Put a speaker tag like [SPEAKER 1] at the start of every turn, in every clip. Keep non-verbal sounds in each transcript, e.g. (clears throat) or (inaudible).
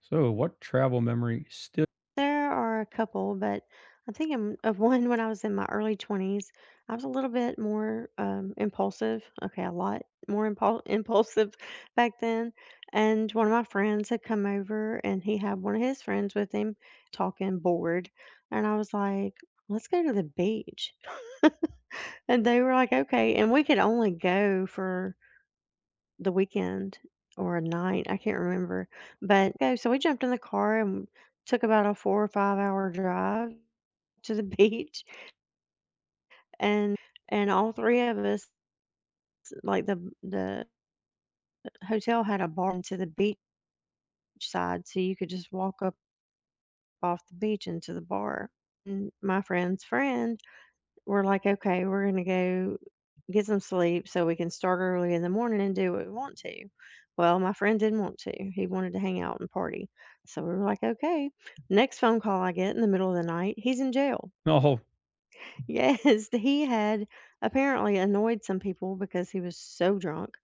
[SPEAKER 1] So, what travel memory still
[SPEAKER 2] There are a couple, but I think I'm of one when I was in my early 20s. I was a little bit more impulsive. Okay, a lot more impul- (laughs) impulsive back then. And one of my friends had come over and he had one of his friends with him talking bored. And I was like, let's go to the beach. And they were like, okay. And we could only go for the weekend or a night. I can't remember. But okay, so we jumped in the car and took about a 4 or 5 hour drive to the (laughs) beach and and all 3 of us, like, the hotel had a bar to the beach side, so you could just walk up off the beach into the bar. And my friend's friend, we're like, "Okay, we're gonna go get some sleep so we can start early in the morning and do what we want to." Well, my friend didn't want to. He wanted to hang out and party. So we were like, "Okay." Next phone call I get in the middle of the night, he's in jail.
[SPEAKER 1] (laughs) no,
[SPEAKER 2] Yes, (laughs) he had apparently annoyed some people because he was so drunk,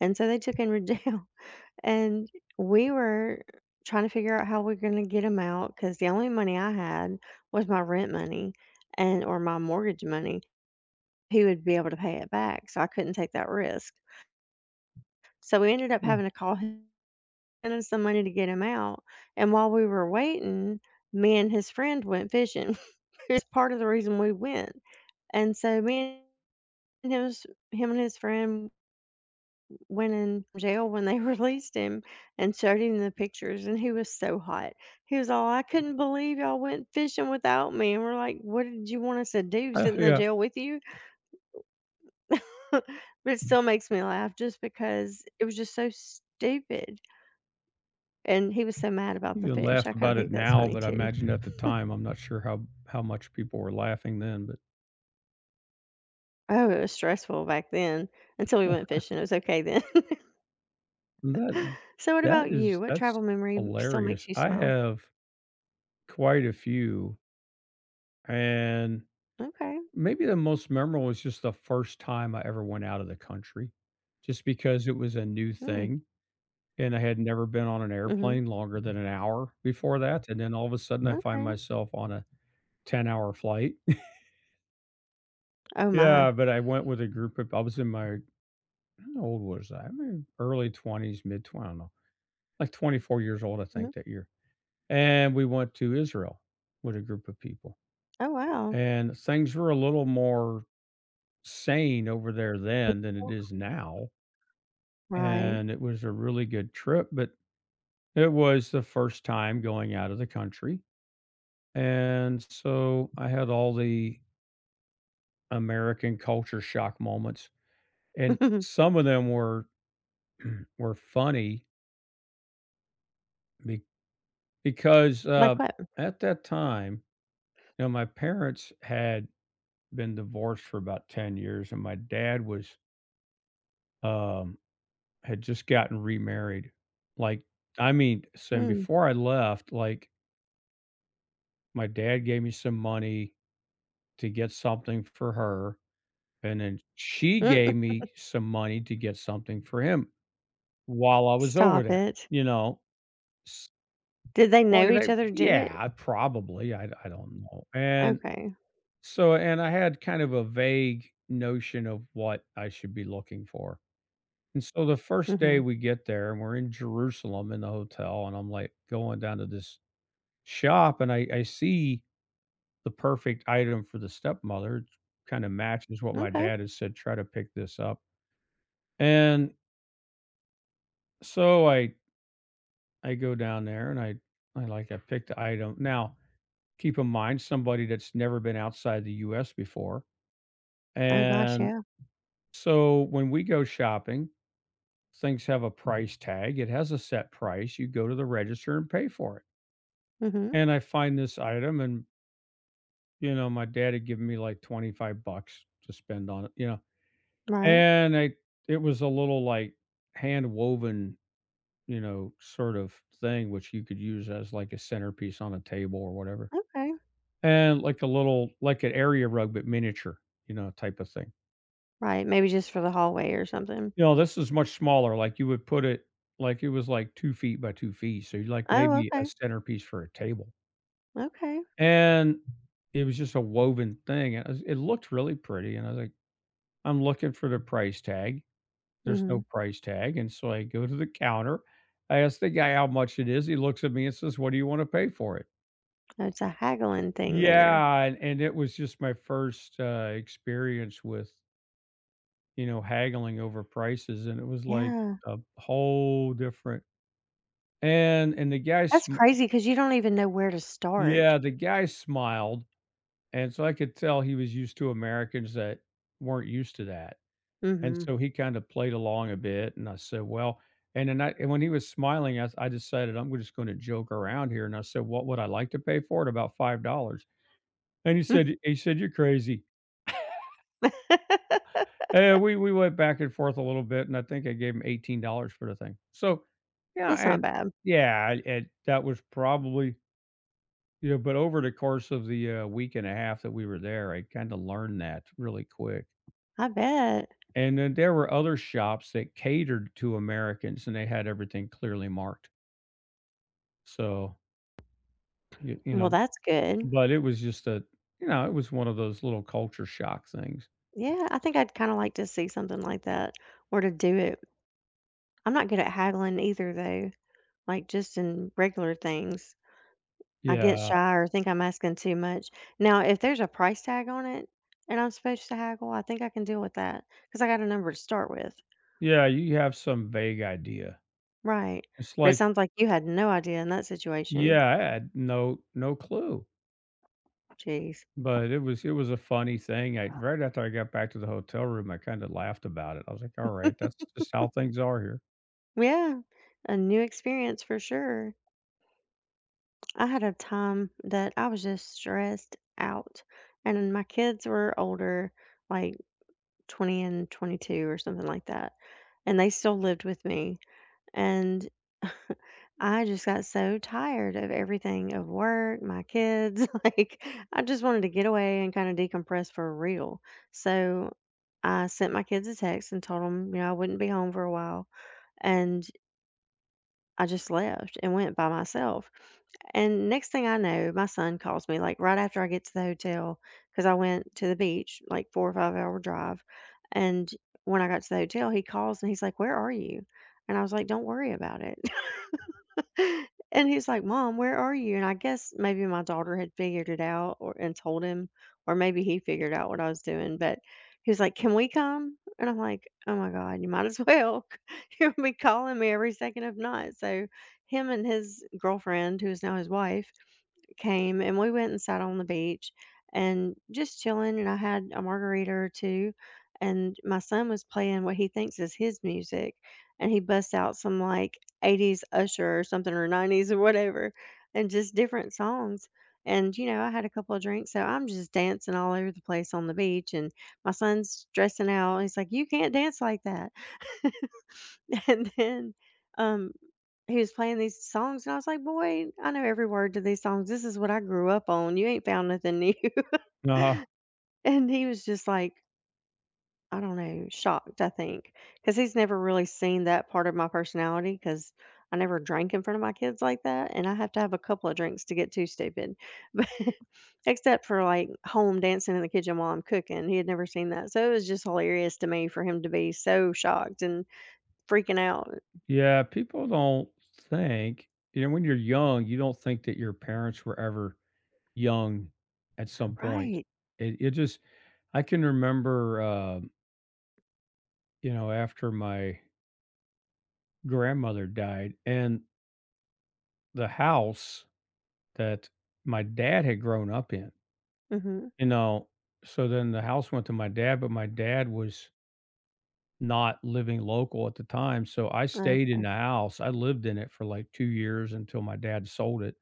[SPEAKER 2] and so they took him to jail. (laughs) And we were trying to figure out how we're going to get him out because the only money I had was my rent money and or my mortgage money. He would be able to pay it back, so I couldn't take that risk. So we ended up
[SPEAKER 1] well,
[SPEAKER 2] having to call him (laughs) and some money to get him out. And while we were waiting, me and his friend went fishing. (laughs) It's part of the reason we went. And so me. And it was him and his friend went in jail when they (laughs) released him and showed him the pictures, and he was so hot. He was all, "I couldn't believe y'all went fishing without me." And we're like, "What did you want us to do? Sit in the
[SPEAKER 1] yeah,
[SPEAKER 2] jail with you?" (laughs) But it still makes me laugh just because it was just so stupid. And he was so mad about the
[SPEAKER 1] you can
[SPEAKER 2] fish.
[SPEAKER 1] laugh
[SPEAKER 2] I kind
[SPEAKER 1] about
[SPEAKER 2] of
[SPEAKER 1] it
[SPEAKER 2] think that's
[SPEAKER 1] now,
[SPEAKER 2] funny
[SPEAKER 1] but I
[SPEAKER 2] too.
[SPEAKER 1] imagine at the time, I'm not sure how much people were laughing then, but
[SPEAKER 2] Oh, it was stressful back then until we went fishing. It was okay then. (laughs)
[SPEAKER 1] that
[SPEAKER 2] So what about you? What
[SPEAKER 1] that's
[SPEAKER 2] travel memory still
[SPEAKER 1] hilarious.
[SPEAKER 2] makes you
[SPEAKER 1] I
[SPEAKER 2] smile?
[SPEAKER 1] have quite a few, and
[SPEAKER 2] Okay.
[SPEAKER 1] maybe the most memorable was just the first time I ever went out of the country, just because it was a new
[SPEAKER 2] Mm.
[SPEAKER 1] thing, and I had never been on an
[SPEAKER 2] Mhm.
[SPEAKER 1] airplane longer than an hour before that, and then all of a sudden, I find
[SPEAKER 2] Okay.
[SPEAKER 1] myself on a 10-hour flight.
[SPEAKER 2] Oh, my.
[SPEAKER 1] Yeah, but I went with a group of I was in my how old was I? Maybe early 20s, mid 20, I don't know, like 24 years old, I
[SPEAKER 2] Mhm.
[SPEAKER 1] think, that year. And we went to Israel with a group of people.
[SPEAKER 2] Oh, wow.
[SPEAKER 1] And things were a little more sane over there then than it is now.
[SPEAKER 2] Right.
[SPEAKER 1] And it was a really good trip, but it was the first time going out of the country. And so I had all the American culture shock moments. And
[SPEAKER 2] (laughs)
[SPEAKER 1] some of them were (clears throat) were funny Be because,
[SPEAKER 2] Like what?
[SPEAKER 1] at that time, you know, my parents had been divorced for about 10 years, and my dad um had just gotten remarried. Like, I mean, so
[SPEAKER 2] Mm.
[SPEAKER 1] before I left, like, my dad gave me some money to get something for her, and then she
[SPEAKER 2] Mm.
[SPEAKER 1] gave me some money to get something for him while I was over
[SPEAKER 2] Stop
[SPEAKER 1] there,
[SPEAKER 2] it.
[SPEAKER 1] you know? S
[SPEAKER 2] Did they
[SPEAKER 1] well,
[SPEAKER 2] know
[SPEAKER 1] they,
[SPEAKER 2] each other did it?
[SPEAKER 1] yeah, probably, I don't know, and
[SPEAKER 2] Okay.
[SPEAKER 1] so and I had kind of a vague notion of what I should be looking for. And so the first day
[SPEAKER 2] Mhm.
[SPEAKER 1] we get there and we're in Jerusalem in the hotel and I'm like going down to this shop and I see the perfect item for the stepmother. It Kind of matches what my
[SPEAKER 2] Okay.
[SPEAKER 1] dad has said, try to pick this up. And so I go down there and I pick the item. Now keep in mind somebody that's never been outside the US before.
[SPEAKER 2] Oh, gosh,
[SPEAKER 1] And
[SPEAKER 2] yeah.
[SPEAKER 1] so when we go shopping, things have a price tag. It has a set price. You go to the register and pay for it.
[SPEAKER 2] Mhm.
[SPEAKER 1] And I find this item and, you know, my dad had given me like 25 bucks to spend on it, you know.
[SPEAKER 2] Right.
[SPEAKER 1] And I it was a little like hand woven, you know, sort of thing which you could use as like a centerpiece on a table or whatever.
[SPEAKER 2] Okay.
[SPEAKER 1] And like a little like an area rug but miniature, you know, type of thing.
[SPEAKER 2] Right. Maybe just for the hallway or something.
[SPEAKER 1] You know, this is much smaller. Like you would put it like it was like 2 feet by 2 feet. So you like
[SPEAKER 2] Oh,
[SPEAKER 1] maybe a
[SPEAKER 2] okay.
[SPEAKER 1] centerpiece for a table.
[SPEAKER 2] Okay.
[SPEAKER 1] And it was just a woven thing, and I was it looked really pretty, and I was like, "I'm looking for the price tag." There's no
[SPEAKER 2] Mhm.
[SPEAKER 1] price tag, and so I go to the counter. I ask the guy how much it is. He looks at me and says, "What do you wanna pay for it?"
[SPEAKER 2] Oh, it's a haggling thing there.
[SPEAKER 1] Yeah, and it was just my first, experience with, you know, haggling over prices, and it was like
[SPEAKER 2] Yeah.
[SPEAKER 1] a whole different and the guy
[SPEAKER 2] That's
[SPEAKER 1] sm
[SPEAKER 2] crazy because you don't even know where to start.
[SPEAKER 1] Yeah, the guy smiled, and so I could tell he was used to Americans that weren't used to that. And
[SPEAKER 2] Mhm.
[SPEAKER 1] so he kinda played along a bit, and I said, "Well" and then I and when he was smiling, I decided I'm just gonna joke around here, and I said, "What would I like to pay for it? About $5." And he said, "You're crazy." (laughs)
[SPEAKER 2] (laughs)
[SPEAKER 1] And we went back and forth a little bit, and I think I gave him $18 for the thing. So, yeah,
[SPEAKER 2] That's not
[SPEAKER 1] and
[SPEAKER 2] bad.
[SPEAKER 1] yeah, and that was probably but over the course of the, week and a half that we were there, I kinda learned that really quick.
[SPEAKER 2] I bet.
[SPEAKER 1] And then there were other shops that catered to Americans, and they had everything clearly marked. So, you
[SPEAKER 2] Well,
[SPEAKER 1] know,
[SPEAKER 2] that's good.
[SPEAKER 1] but it was just a it was one of those little culture shock things.
[SPEAKER 2] Yeah, I think I'd kinda like to see something like that or to do it. I'm not good at haggling either, though, like, just in regular things. I get
[SPEAKER 1] Yeah.
[SPEAKER 2] shy or think I'm asking too much. Now, if there's a price tag on it and I'm supposed to haggle, I think I can deal with that because I got a number to start with.
[SPEAKER 1] Yeah, you have some vague idea.
[SPEAKER 2] Right.
[SPEAKER 1] It's
[SPEAKER 2] But it
[SPEAKER 1] like,
[SPEAKER 2] sounds like you had no idea in that situation.
[SPEAKER 1] yeah, I had no clue,
[SPEAKER 2] Jeez.
[SPEAKER 1] but it was a funny thing. I Right after I got back to the hotel room, I kinda laughed about it. I was like, "All right, that's just how things are here."
[SPEAKER 2] Yeah, a new experience for sure. I had a time that I was just stressed out, and my kids were older, like 20 and 22 or something like that. And they still lived with me. And I just got so tired of everything of work, my kids. (laughs) Like, I just wanted to get away and kind of decompress for real. So I sent my kids a text and told them, you know, I wouldn't be home for a while. And I just left and went by myself. And next thing I know, my son calls me like right after I get to the hotel because I went to the beach, like 4 or 5 hour drive. And when I got to the hotel, he calls and he's like, "Where are you?" And I was like, "Don't worry about it." (laughs) And he's like, "Mom, where are you?" And I guess maybe my daughter had figured it out or and told him, or maybe he figured out what I was doing, but he was like, "Can we come?" And I'm like, "Oh my God, you might as well. (laughs) You'll be calling me every second if not." So him and his girlfriend, who is now his wife, came and we went and sat on the beach and just chilling, and I had a margarita or two, and my son was playing what he thinks is his music, and he busts out some like 80s Usher or something or 90s or whatever, and just different songs. And you know, I had a couple of drinks, so I'm just dancing all over the place on the beach, and my son's dressing out, he's like, "You can't dance like that." (laughs) And then um he was playing these songs, and I was like, "Boy, I know every word to these songs. This is what I grew up on. You ain't found nothing new."
[SPEAKER 1] uh
[SPEAKER 2] (laughs) And he was just like, I don't know, shocked, I think, because he's never really seen that part of my personality, because I never drank in front of my kids like that. And I have to have a couple of drinks to get too stupid. (laughs) But except for like home dancing in the kitchen while I'm cooking, he had never seen that. So it was just hilarious to me for him to be so shocked and freaking out.
[SPEAKER 1] Yeah, people don't think, you know, when you're young, you don't think that your parents were ever young at some point.
[SPEAKER 2] Right.
[SPEAKER 1] It, it just, I can remember, you know, after my grandmother died and the house that my dad had grown up in,
[SPEAKER 2] Hmm.
[SPEAKER 1] you know, so then the house went to my dad, but my dad was not living local at the time. So I stayed in the
[SPEAKER 2] Okay.
[SPEAKER 1] house. I lived in it for like 2 years until my dad sold it.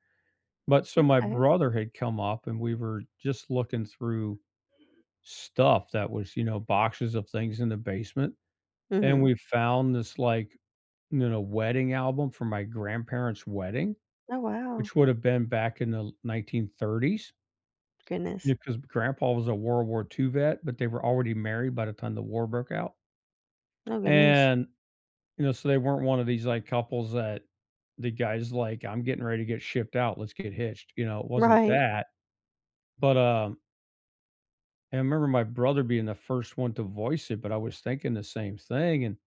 [SPEAKER 1] But so my
[SPEAKER 2] Okay.
[SPEAKER 1] brother had come up and we were just looking through stuff that was, you know, boxes of things in the basement, and
[SPEAKER 2] Hmm.
[SPEAKER 1] we found this, like, you know, wedding album from my grandparents' wedding,
[SPEAKER 2] Oh, wow.
[SPEAKER 1] which would have been back in the 1930s,
[SPEAKER 2] Goodness.
[SPEAKER 1] because grandpa was a World War II vet, but they were already married by the time the war broke out,
[SPEAKER 2] Oh, goodness.
[SPEAKER 1] and, you know, so they weren't one of these, like, couples that the guy's like, "I'm getting ready to get shipped out, let's get hitched," you know, it wasn't
[SPEAKER 2] Right.
[SPEAKER 1] that, but, um and I remember my brother being the first one to voice it, but I was thinking the same thing, and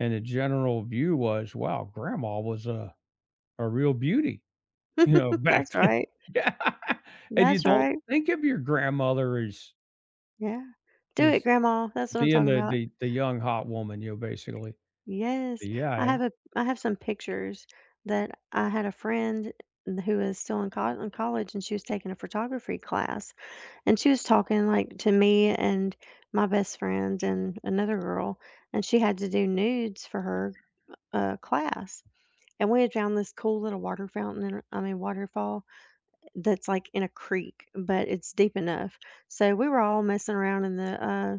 [SPEAKER 1] and the general view was, "Wow, grandma was a real beauty," (laughs) you know,
[SPEAKER 2] (laughs) That's
[SPEAKER 1] back then. (laughs)
[SPEAKER 2] right.
[SPEAKER 1] Yeah, and you
[SPEAKER 2] That's
[SPEAKER 1] don't
[SPEAKER 2] right.
[SPEAKER 1] think of your grandmother
[SPEAKER 2] Yeah. Do it,
[SPEAKER 1] as
[SPEAKER 2] grandma. That's what I'm
[SPEAKER 1] being
[SPEAKER 2] talking
[SPEAKER 1] the
[SPEAKER 2] about.
[SPEAKER 1] the the young hot woman, you know, basically.
[SPEAKER 2] Yes. I
[SPEAKER 1] Yeah,
[SPEAKER 2] have a I have some pictures that I had a friend who is still in, col in college, and she was taking a photography class, and she was talking like to me and my best friend and another girl, and she had to do nudes for her class. And we had found this cool little water fountain, and I mean waterfall, that's like in a creek, but it's deep enough. So we were all messing around in the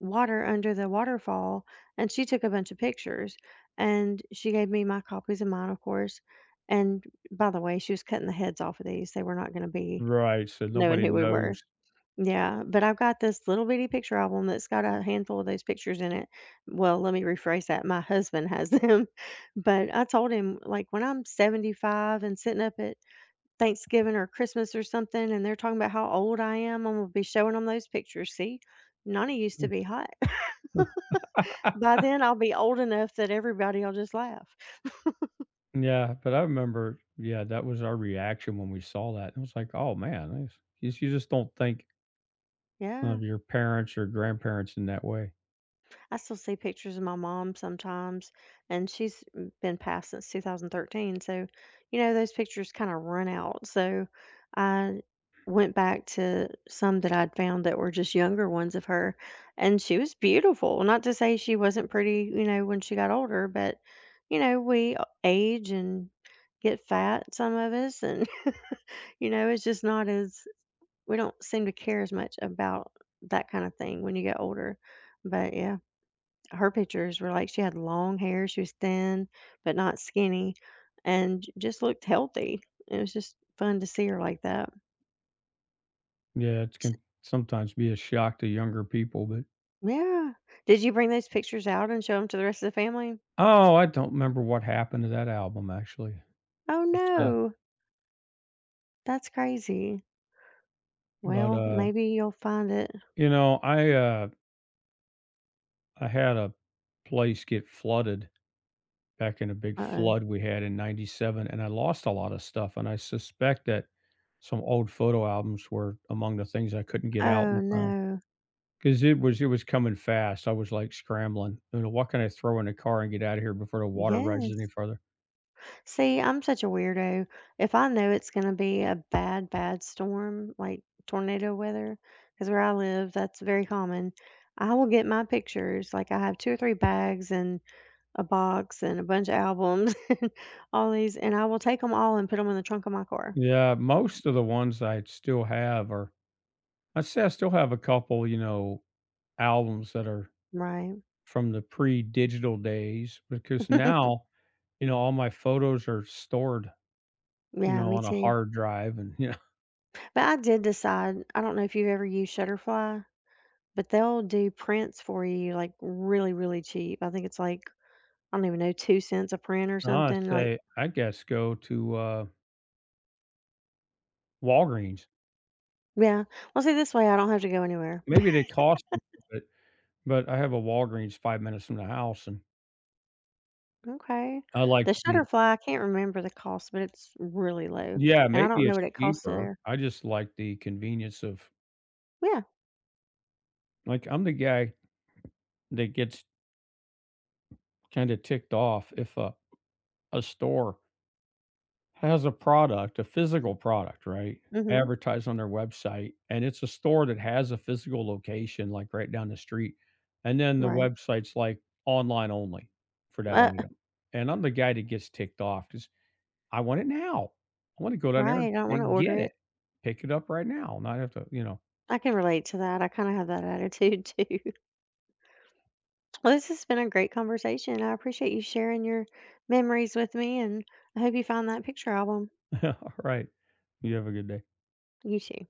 [SPEAKER 2] water under the waterfall, and she took a bunch of pictures. And she gave me my copies of mine, of course. And by the way, she was cutting the heads off of these. They were not going to be
[SPEAKER 1] right, so
[SPEAKER 2] knowing
[SPEAKER 1] nobody
[SPEAKER 2] who we were.
[SPEAKER 1] knows.
[SPEAKER 2] Yeah, but I've got this little bitty picture album that's got a handful of those pictures in it. Well, let me rephrase that. My husband has them, (laughs) but I told him like when I'm 75 and sitting up at Thanksgiving or Christmas or something, and they're talking about how old I am, I'm gonna be showing them those pictures. See, Nani used to be hot.
[SPEAKER 1] (laughs)
[SPEAKER 2] (laughs) By then, I'll be old enough that everybody'll just laugh.
[SPEAKER 1] Yeah, but I remember, yeah, that was our reaction when we saw that, it was like, "Oh, man, nice." You just don't think
[SPEAKER 2] Yeah.
[SPEAKER 1] of your parents or grandparents in that way.
[SPEAKER 2] I still see pictures of my mom sometimes, and she's been passed since 2013. So, you know, those pictures kind of run out. So I went back to some that I'd found that were just younger ones of her, and she was beautiful. Not to say she wasn't pretty, you know, when she got older, but, you know, we age and get fat, some of us, and, (laughs) you know, it's just not as, we don't seem to care as much about that kind of thing when you get older. But yeah, her pictures were like she had long hair, she was thin, but not skinny, and j just looked healthy. It was just fun to see her like that.
[SPEAKER 1] Yeah, it
[SPEAKER 2] S.
[SPEAKER 1] can sometimes be a shock to younger people, but
[SPEAKER 2] Yeah. Did you bring those pictures out and show them to the rest of the family?
[SPEAKER 1] oh, I don't remember what happened to that album actually.
[SPEAKER 2] Oh,
[SPEAKER 1] It's, uh,
[SPEAKER 2] no. That's crazy.
[SPEAKER 1] but,
[SPEAKER 2] Well,
[SPEAKER 1] uh,
[SPEAKER 2] maybe you'll find it.
[SPEAKER 1] you know, I had a place get flooded back in a big
[SPEAKER 2] Uh-oh.
[SPEAKER 1] flood we had in '97, and I lost a lot of stuff, and I suspect that some old photo albums were among the things I couldn't get
[SPEAKER 2] Oh,
[SPEAKER 1] out
[SPEAKER 2] oh
[SPEAKER 1] in time
[SPEAKER 2] no.
[SPEAKER 1] because it was coming fast. I was, like, scrambling. You know, what can I throw in the car and get out of here before the water rises any
[SPEAKER 2] Yes.
[SPEAKER 1] further?
[SPEAKER 2] See, I'm such a weirdo. If I know it's going to be a bad, bad storm, like tornado weather, because where I live, that's very common, I will get my pictures. Like I have two or three bags and a box and a bunch of albums (laughs) and all these, and I will take them all and put them in the trunk of my car.
[SPEAKER 1] Yeah, most of the ones I still have are I still have a couple, you know, albums that are
[SPEAKER 2] Right.
[SPEAKER 1] from the pre-digital days because
[SPEAKER 2] (laughs)
[SPEAKER 1] now, you know, all my photos are stored, you
[SPEAKER 2] Yeah,
[SPEAKER 1] know,
[SPEAKER 2] me
[SPEAKER 1] on a
[SPEAKER 2] too.
[SPEAKER 1] hard drive and
[SPEAKER 2] But I did decide, I don't know if you've ever used Shutterfly, but they'll do prints for you like really, really cheap. I think it's like, I don't even know, 2 cents a print or
[SPEAKER 1] (laughs) I
[SPEAKER 2] something. Like,
[SPEAKER 1] say I guess go to Walgreens.
[SPEAKER 2] yeah. Well, see, this way I don't have to go anywhere.
[SPEAKER 1] Maybe they cost me, but I have a Walgreens 5 minutes from the house and
[SPEAKER 2] Okay.
[SPEAKER 1] I like
[SPEAKER 2] The
[SPEAKER 1] to be
[SPEAKER 2] Shutterfly, I can't remember the cost, but it's really low,
[SPEAKER 1] Yeah,
[SPEAKER 2] and I
[SPEAKER 1] maybe
[SPEAKER 2] don't know
[SPEAKER 1] it's
[SPEAKER 2] what it costs
[SPEAKER 1] cheaper.
[SPEAKER 2] there.
[SPEAKER 1] I just like the convenience of
[SPEAKER 2] Yeah.
[SPEAKER 1] I'm the guy that gets kind of ticked off if a store has a product, a physical product, right,
[SPEAKER 2] Mhm.
[SPEAKER 1] advertised on their website, and it's a store that has a physical location, like, right down the street, and then the
[SPEAKER 2] Right.
[SPEAKER 1] website's, like, online only for that
[SPEAKER 2] Uh,
[SPEAKER 1] item, and I'm the guy that gets ticked off, cause I want it now. I wanna go down
[SPEAKER 2] right.
[SPEAKER 1] there
[SPEAKER 2] I don't want to
[SPEAKER 1] and
[SPEAKER 2] order
[SPEAKER 1] get it,
[SPEAKER 2] it.
[SPEAKER 1] pick it up right now, not have to, you know.
[SPEAKER 2] I can relate to that. I kind of have that attitude (laughs) too. Well, this has been a great conversation. I appreciate you sharing your memories with me, and I hope you find that picture album.
[SPEAKER 1] (laughs) Alright. You have a good day.
[SPEAKER 2] You too.